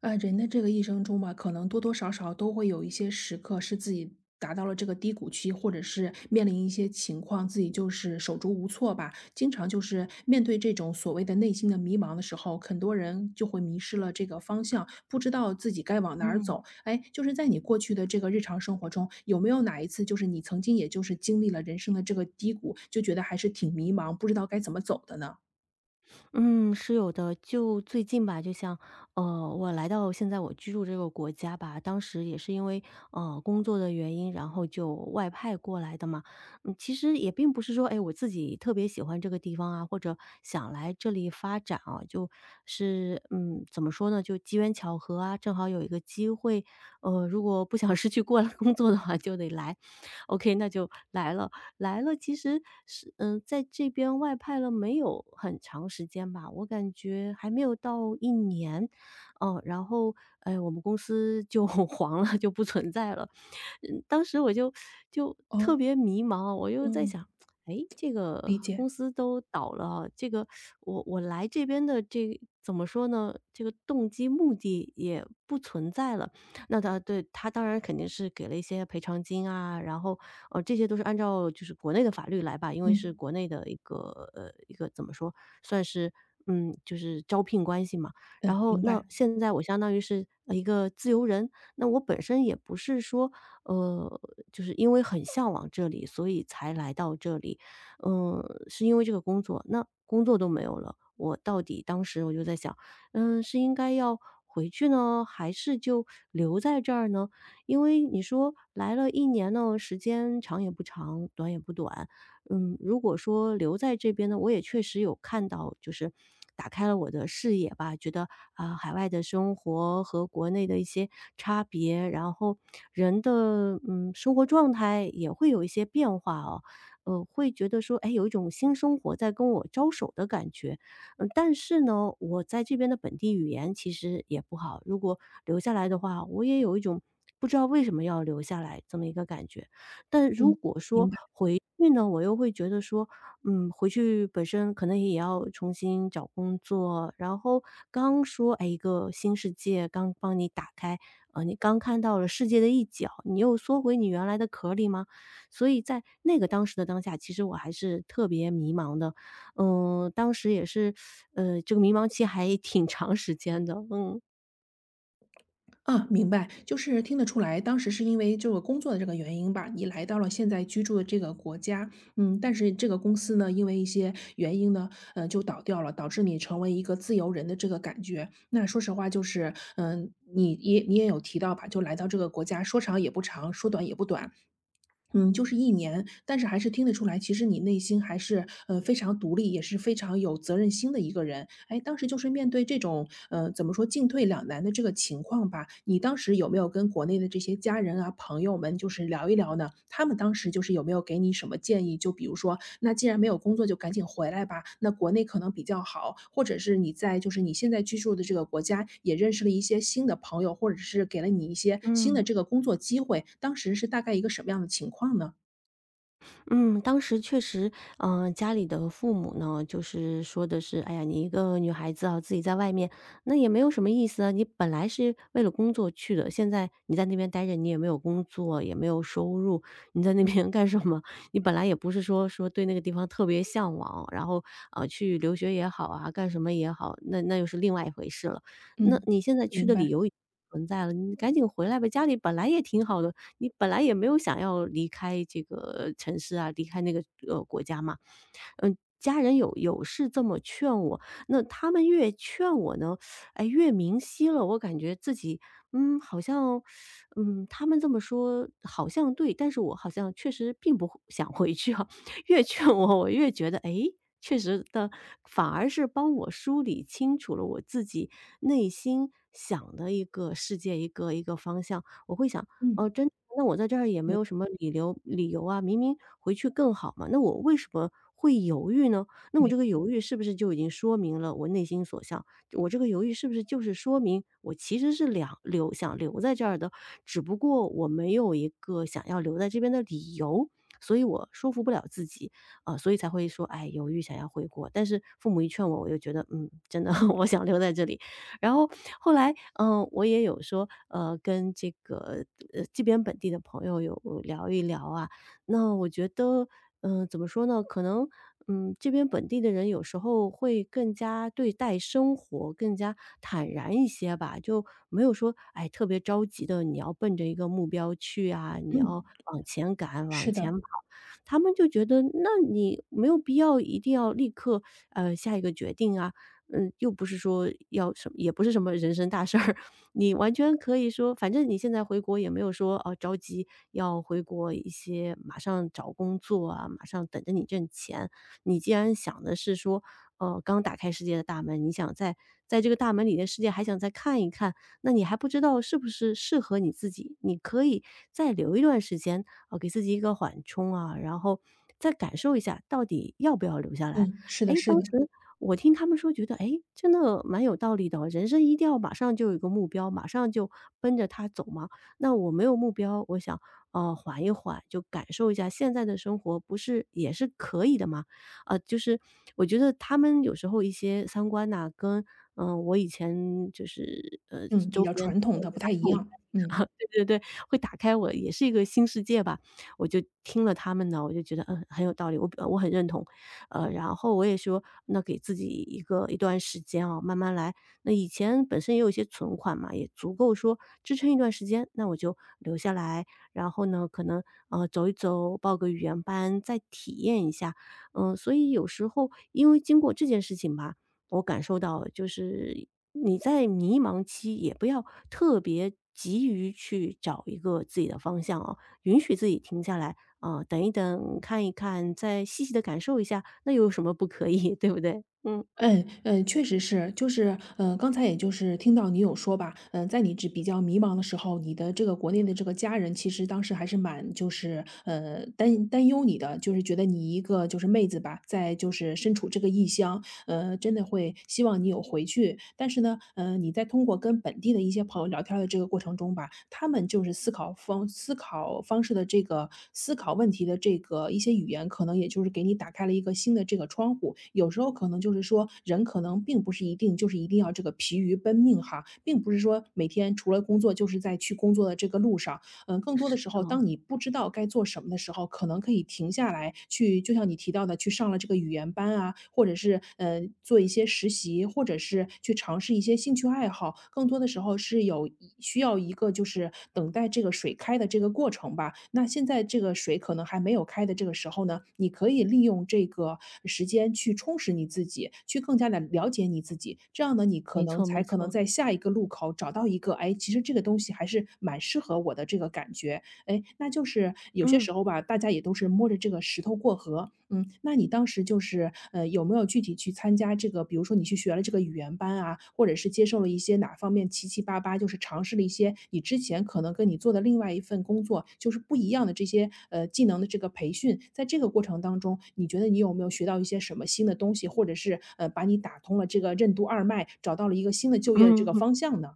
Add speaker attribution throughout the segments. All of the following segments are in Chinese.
Speaker 1: 人的这个一生中吧，可能多多少少都会有一些时刻是自己达到了这个低谷期，或者是面临一些情况，自己就是手足无措吧。经常就是面对这种所谓的内心的迷茫的时候，很多人就会迷失了这个方向，不知道自己该往哪儿
Speaker 2: 嗯
Speaker 1: 走。哎，就是在你过去的这个日常生活中，有没有哪一次就是你曾经也就是经历了人生的这个低谷，就觉得还是挺迷茫，不知道该怎么走的呢？
Speaker 2: 嗯，是有的。就最近吧，就像我来到现在我居住这个国家吧，当时也是因为工作的原因，然后就外派过来的嘛。嗯，其实也并不是说，哎，我自己特别喜欢这个地方啊，或者想来这里发展啊，就是怎么说呢，就机缘巧合啊，正好有一个机会。如果不想失去过来工作的话，就得来。OK，那就来了。来了其实是在这边外派了没有很长时间吧，我感觉还没有到一年。哦，然后，哎，我们公司就 黄了，就不存在了。嗯，当时我就
Speaker 1: 哦，
Speaker 2: 特别迷茫，我又在
Speaker 1: 嗯，
Speaker 2: 想，哎，这个
Speaker 1: 理解，
Speaker 2: 公司都倒了啊，这个我来这边的这怎么说呢，这个动机目的也不存在了，那他对他当然肯定是给了一些赔偿金啊，然后，这些都是按照就是国内的法律来吧，因为是
Speaker 1: 嗯
Speaker 2: 国内的一个一个怎么说，算是就是招聘关系嘛。
Speaker 1: 嗯，
Speaker 2: 然后
Speaker 1: 明白，
Speaker 2: 那现在我相当于是一个自由人，那我本身也不是说呃，就是因为很向往这里，所以才来到这里，嗯、是因为这个工作，那工作都没有了。我到底当时我就在想，嗯，是应该要回去呢，还是就留在这儿呢？因为你说来了一年呢，时间长也不长，短也不短。嗯，如果说留在这边呢，我也确实有看到，就是打开了我的视野吧，觉得，啊，海外的生活和国内的一些差别，然后人的，嗯，生活状态也会有一些变化哦。会觉得说，哎，有一种新生活在跟我招手的感觉。嗯，但是呢，我在这边的本地语言其实也不好，如果留下来的话，我也有一种不知道为什么要留下来这么一个感觉。但如
Speaker 1: 嗯，
Speaker 2: 果
Speaker 1: 明
Speaker 2: 说
Speaker 1: 白。
Speaker 2: 回去呢，我又会觉得说，嗯，回去本身可能也要重新找工作，然后刚说，哎，一个新世界刚帮你打开，你刚看到了世界的一角，你又缩回你原来的壳里吗？所以在那个当时的当下，其实我还是特别迷茫的。嗯，当时也是，这个迷茫期还挺长时间的，嗯。
Speaker 1: 啊，明白，就是听得出来，当时是因为这个工作的这个原因吧，你来到了现在居住的这个国家，嗯，但是这个公司呢，因为一些原因呢，就倒掉了，导致你成为一个自由人的这个感觉。那说实话，就是，嗯、你也有提到吧，就来到这个国家，说长也不长，说短也不短，嗯，就是1年，但是还是听得出来，其实你内心还是，非常独立，也是非常有责任心的一个人。哎，当时就是面对这种，怎么说，进退两难的这个情况吧，你当时有没有跟国内的这些家人啊、朋友们就是聊一聊呢？他们当。当时就是有没有给你什么建议？就比如说，那既然没有工作就赶紧回来吧，那国内可能比较好，或者是你在就是你现在居住的这个国家也认识了一些新的朋友，或者是给了你一些新的
Speaker 2: 嗯。
Speaker 1: 这个工作机会，当时是大概一个什么样的情况呢？
Speaker 2: 嗯，当时确实，家里的父母呢，就是说的是，哎呀，你一个女孩子啊，自己在外面，那也没有什么意思啊。你本来是为了工作去的，现在你在那边待着，你也没有工作，也没有收入，你在那边 干什么？你本来也不是说说对那个地方特别向往，然后啊，去留学也好啊，干什么也好，那那又是另外一回事了。那
Speaker 1: 嗯。
Speaker 2: 你现在去
Speaker 1: 明
Speaker 2: 的理
Speaker 1: 白，
Speaker 2: 由已经存在了，你赶紧回来吧，家里本来也挺好的。你本来也没有想要离开这个城市啊，离开那个国家嘛，嗯，家人有是这么劝我，那他们越劝我呢，哎，越明晰了，我感觉自己，好像，他们这么说好像对，但是我好像确实并不会想回去啊，越劝我，我越觉得，哎。确实的，反而是帮我梳理清楚了我自己内心想的一个世界，一个方向。我会想，哦，
Speaker 1: 嗯，
Speaker 2: 真的那我在这儿也没有什么理由啊，明明回去更好嘛，那我为什么会犹豫呢？那我这个犹豫是不是就已经说明了我内心所向？我这个犹豫是不是就是说明我其实是想留在这儿的，只不过我没有一个想要留在这边的理由，所以我说服不了自己，啊，所以才会说，哎，犹豫想要回国。但是父母一劝我，我又觉得，嗯，真的 我想留在这里。然后后来，我也有说，跟这个这边本地的朋友有聊一聊啊。那我觉得，怎么说呢？可能，这边本地的人有时候会更加对待生活更加坦然一些吧，就没有说，哎，特别着急的，你要奔着一个目标去啊，你要
Speaker 1: 嗯，
Speaker 2: 往前赶，往
Speaker 1: 是
Speaker 2: 前
Speaker 1: 的，
Speaker 2: 跑。他们就觉得，那你没有必要一定要立刻，下一个决定啊。嗯，又不是说要什么也不是什么人生大事儿，你完全可以说反正你现在回国也没有说，哦，着急要回国一些马上找工作啊，马上等着你挣钱。你既然想的是说，刚打开世界的大门，你想在这个大门里的世界还想再看一看，那你还不知道是不是适合你自己，你可以再留一段时间，啊，给自己一个缓冲啊，然后再感受一下到底要不要留下来。
Speaker 1: 嗯，是
Speaker 2: 哎，
Speaker 1: 的，
Speaker 2: 当
Speaker 1: 是的，
Speaker 2: 时我听他们说觉得哎，诶，真的蛮有道理的哦人生一定要马上就有一个目标，马上就奔着它走嘛。那我没有目标，我想，缓一缓，就感受一下现在的生活，不是也是可以的吗？就是我觉得他们有时候一些三观呐，跟，我以前就是，
Speaker 1: 嗯，比
Speaker 2: 周
Speaker 1: 较
Speaker 2: 边的
Speaker 1: 传统的，不
Speaker 2: 传
Speaker 1: 太一
Speaker 2: 统家庭
Speaker 1: 样，嗯。
Speaker 2: 啊，对对对，会打开我也是一个新世界吧。我就听了他们呢，我就觉得，嗯，很有道理，我很认同。然后我也说，那给自己一段时间哦，慢慢来。那以前本身也有一些存款嘛，也足够说支撑一段时间，那我就留下来，然后呢，可能走一走，报个语言班，再体验一下。所以有时候因为经过这件事情吧，我感受到就是你在迷茫期也不要特别急于去找一个自己的方向哦，允许自己停下来，啊，等一等，看一看，再细细的感受一下，那又有什么不可以，对不对？嗯，
Speaker 1: 嗯嗯，确实是，就是，刚才也就是听到你有说吧，嗯、在你只比较迷茫的时候，你的这个国内的这个家人，其实当时还是蛮就是呃担忧你的，就是觉得你一个就是妹子吧，在就是身处这个异乡，真的会希望你有回去，但是呢，你在通过果跟本地的一些朋友聊天儿的这个过程中吧，他们就是思考方式的这个思考问题的这个一些语言，可能也就是给你打开了一个新的这个窗户。有时候可能就是说，人可能并不是一定要这个疲于奔命哈，并不是说每天除了工作就是在去工作的这个路上，嗯，更多的
Speaker 2: 是
Speaker 1: 时候，
Speaker 2: 的，
Speaker 1: 当你不知道该做什么的时候，可能可以停下来去就像你提到的，去上了这个语言班啊，或者是，嗯，做一些实习，或者是去尝试一些兴趣爱好。更多的时候是需要一个就是等待这个水开的这个过程吧。那现在这个水可能还没有开的这个时候呢，你可以利用这个时间去充实你自己，去更加的了解你自己。这样呢，你可
Speaker 2: 没
Speaker 1: 能
Speaker 2: 错没
Speaker 1: 才可能
Speaker 2: 错。
Speaker 1: 在下一个路口找到一个，哎，其实这个东西还是蛮适合我的这个感觉。哎，那就是有些
Speaker 2: 嗯，
Speaker 1: 时候吧，大家也都是摸着这个石头过河。嗯，那你当时就是，有没有具体去参加这个，比如说你去学了这个语言班啊，或者是接受了一些哪方面七七八八，就是尝试了一些你之前可能跟你做的另外一份工作就是不一样的这些，技能的这个培训。在这个过程当中，你觉得你有没有学到一些什么新的东西，或者是，把你打通了这个任督二脉，找到了一个新的就业的这个
Speaker 2: 嗯。
Speaker 1: 方向呢？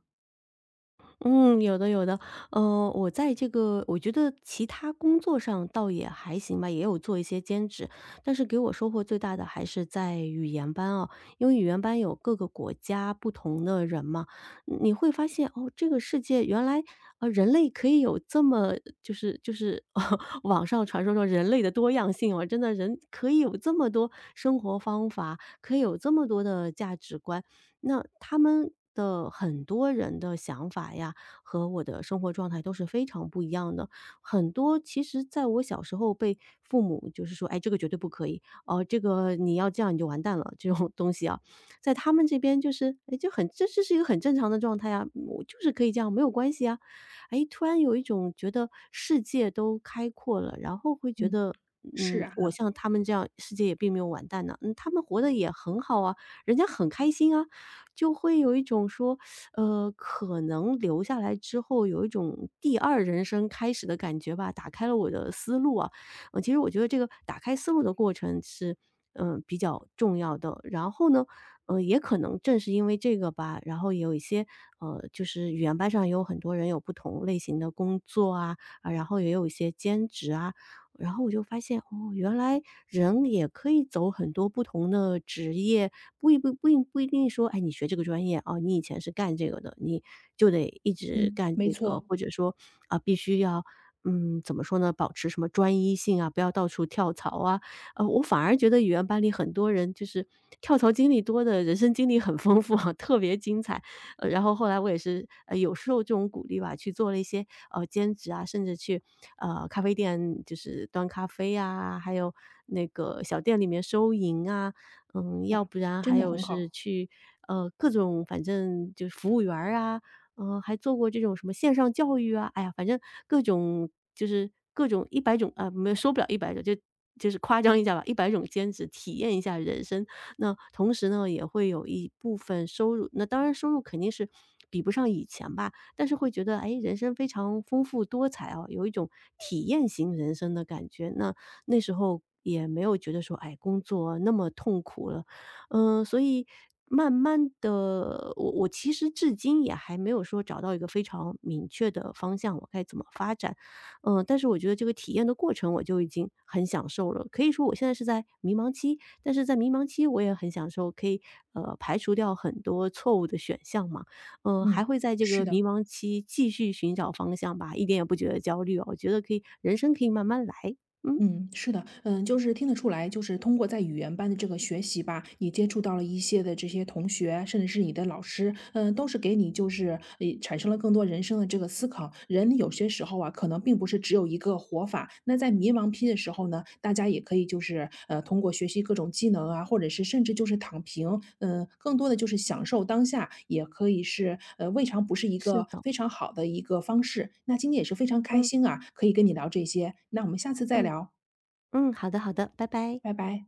Speaker 2: 嗯，有的有的，我在这个我觉得其他工作上倒也还行吧，也有做一些兼职，但是给我收获最大的还是在语言班哦，因为语言班有各个国家不同的人嘛，你会发现哦，这个世界原来人类可以有这么就是 网上传说说人类的多样性哦，真的人可以有这么多生活方法，可以有这么多的价值观，那他们的很多人的想法呀，和我的生活状态都是非常不一样的。很多其实在我小时候被父母就是说："哎，这个绝对不可以，哦，这个你要这样你就完蛋了。"这种东西啊，在他们这边就是，哎，就这是一个很正常的状态啊，我就是可以这样，没有关系啊。哎，突然有一种觉得世界都开阔了，然后会觉
Speaker 1: 嗯。
Speaker 2: 得，
Speaker 1: 是
Speaker 2: 嗯，
Speaker 1: 啊。
Speaker 2: 我像他们这样，世界也并没有完蛋呢，嗯，他们活得也很好啊，人家很开心啊。就会有一种说，可能留下来之后有一种第二人生开始的感觉吧，打开了我的思路啊。其实我觉得这个打开思路的过程是，比较重要的。然后呢，也可能正是因为这个吧，然后也有一些就是语言班上也有很多人有不同类型的工作啊，啊，然后也有一些兼职啊，然后我就发现，哦，原来人也可以走很多不同的职业，不一不不一不一定说，哎，你学这个专业啊，你以前是干这个的，你就得一直
Speaker 1: 嗯，
Speaker 2: 干
Speaker 1: 没
Speaker 2: 这个，
Speaker 1: 错。
Speaker 2: 或者说啊，必须要怎么说呢，保持什么专一性啊，不要到处跳槽啊。我反而觉得语言班里很多人就是跳槽经历多的，人生经历很丰富啊，特别精彩。然后后来我也是，有受这种鼓励吧，去做了一些，兼职啊，甚至去，咖啡店就是端咖啡啊，还有那个小店里面收银啊，嗯，要
Speaker 1: 哇，
Speaker 2: 不然
Speaker 1: 真
Speaker 2: 还
Speaker 1: 的
Speaker 2: 有
Speaker 1: 很
Speaker 2: 是
Speaker 1: 好，
Speaker 2: 去，各种反正就是服务员儿啊，嗯，还做过这种什么线上教育啊，哎呀，反正各种就是各种一百种啊，没有说不了一百种，就是夸张一下吧，一百种兼职，体验一下人生，那同时呢，也会有一部分收入，那当然收入肯定是比不上以前吧，但是会觉得，哎，人生非常丰富多彩啊，有一种体验型人生的感觉。那那时候也没有觉得说，哎，工作那么痛苦了，嗯，所以慢慢的，我其实至今也还没有说找到一个非常明确的方向，我该怎么发展。嗯，但是我觉得这个体验的过程我就已经很享受了，可以说我现在是在迷茫期，但是在迷茫期，我也很享受可以排除掉很多错误的选项嘛，还
Speaker 1: 嗯，
Speaker 2: 会在这
Speaker 1: 是
Speaker 2: 个
Speaker 1: 的。
Speaker 2: 迷茫期继续寻找方向吧，一点也不觉得焦虑哦，我觉得可以，人生可以慢慢来，嗯，
Speaker 1: 嗯，是的，嗯，就是听得出来，就是通过在语言班的这个学习吧，你接触到了一些的这些同学，甚至是你的老师，嗯，都是给你就是呃产生了更多人生的这个思考。人有些时候啊，可能并不是只有一个活法。那在迷茫期的时候呢，大家也可以就是呃通过学习各种技能啊，或者是甚至就是躺平，嗯，更多的就是享未受当下，也可以是呃，未尝不是一
Speaker 2: 是
Speaker 1: 个
Speaker 2: 的，
Speaker 1: 非常好的一个方式。那今天也是非常开
Speaker 2: 嗯
Speaker 1: 心啊，可以跟你聊这些，那我们下次再
Speaker 2: 嗯
Speaker 1: 聊。
Speaker 2: 嗯，好的好的，拜拜。
Speaker 1: 拜拜。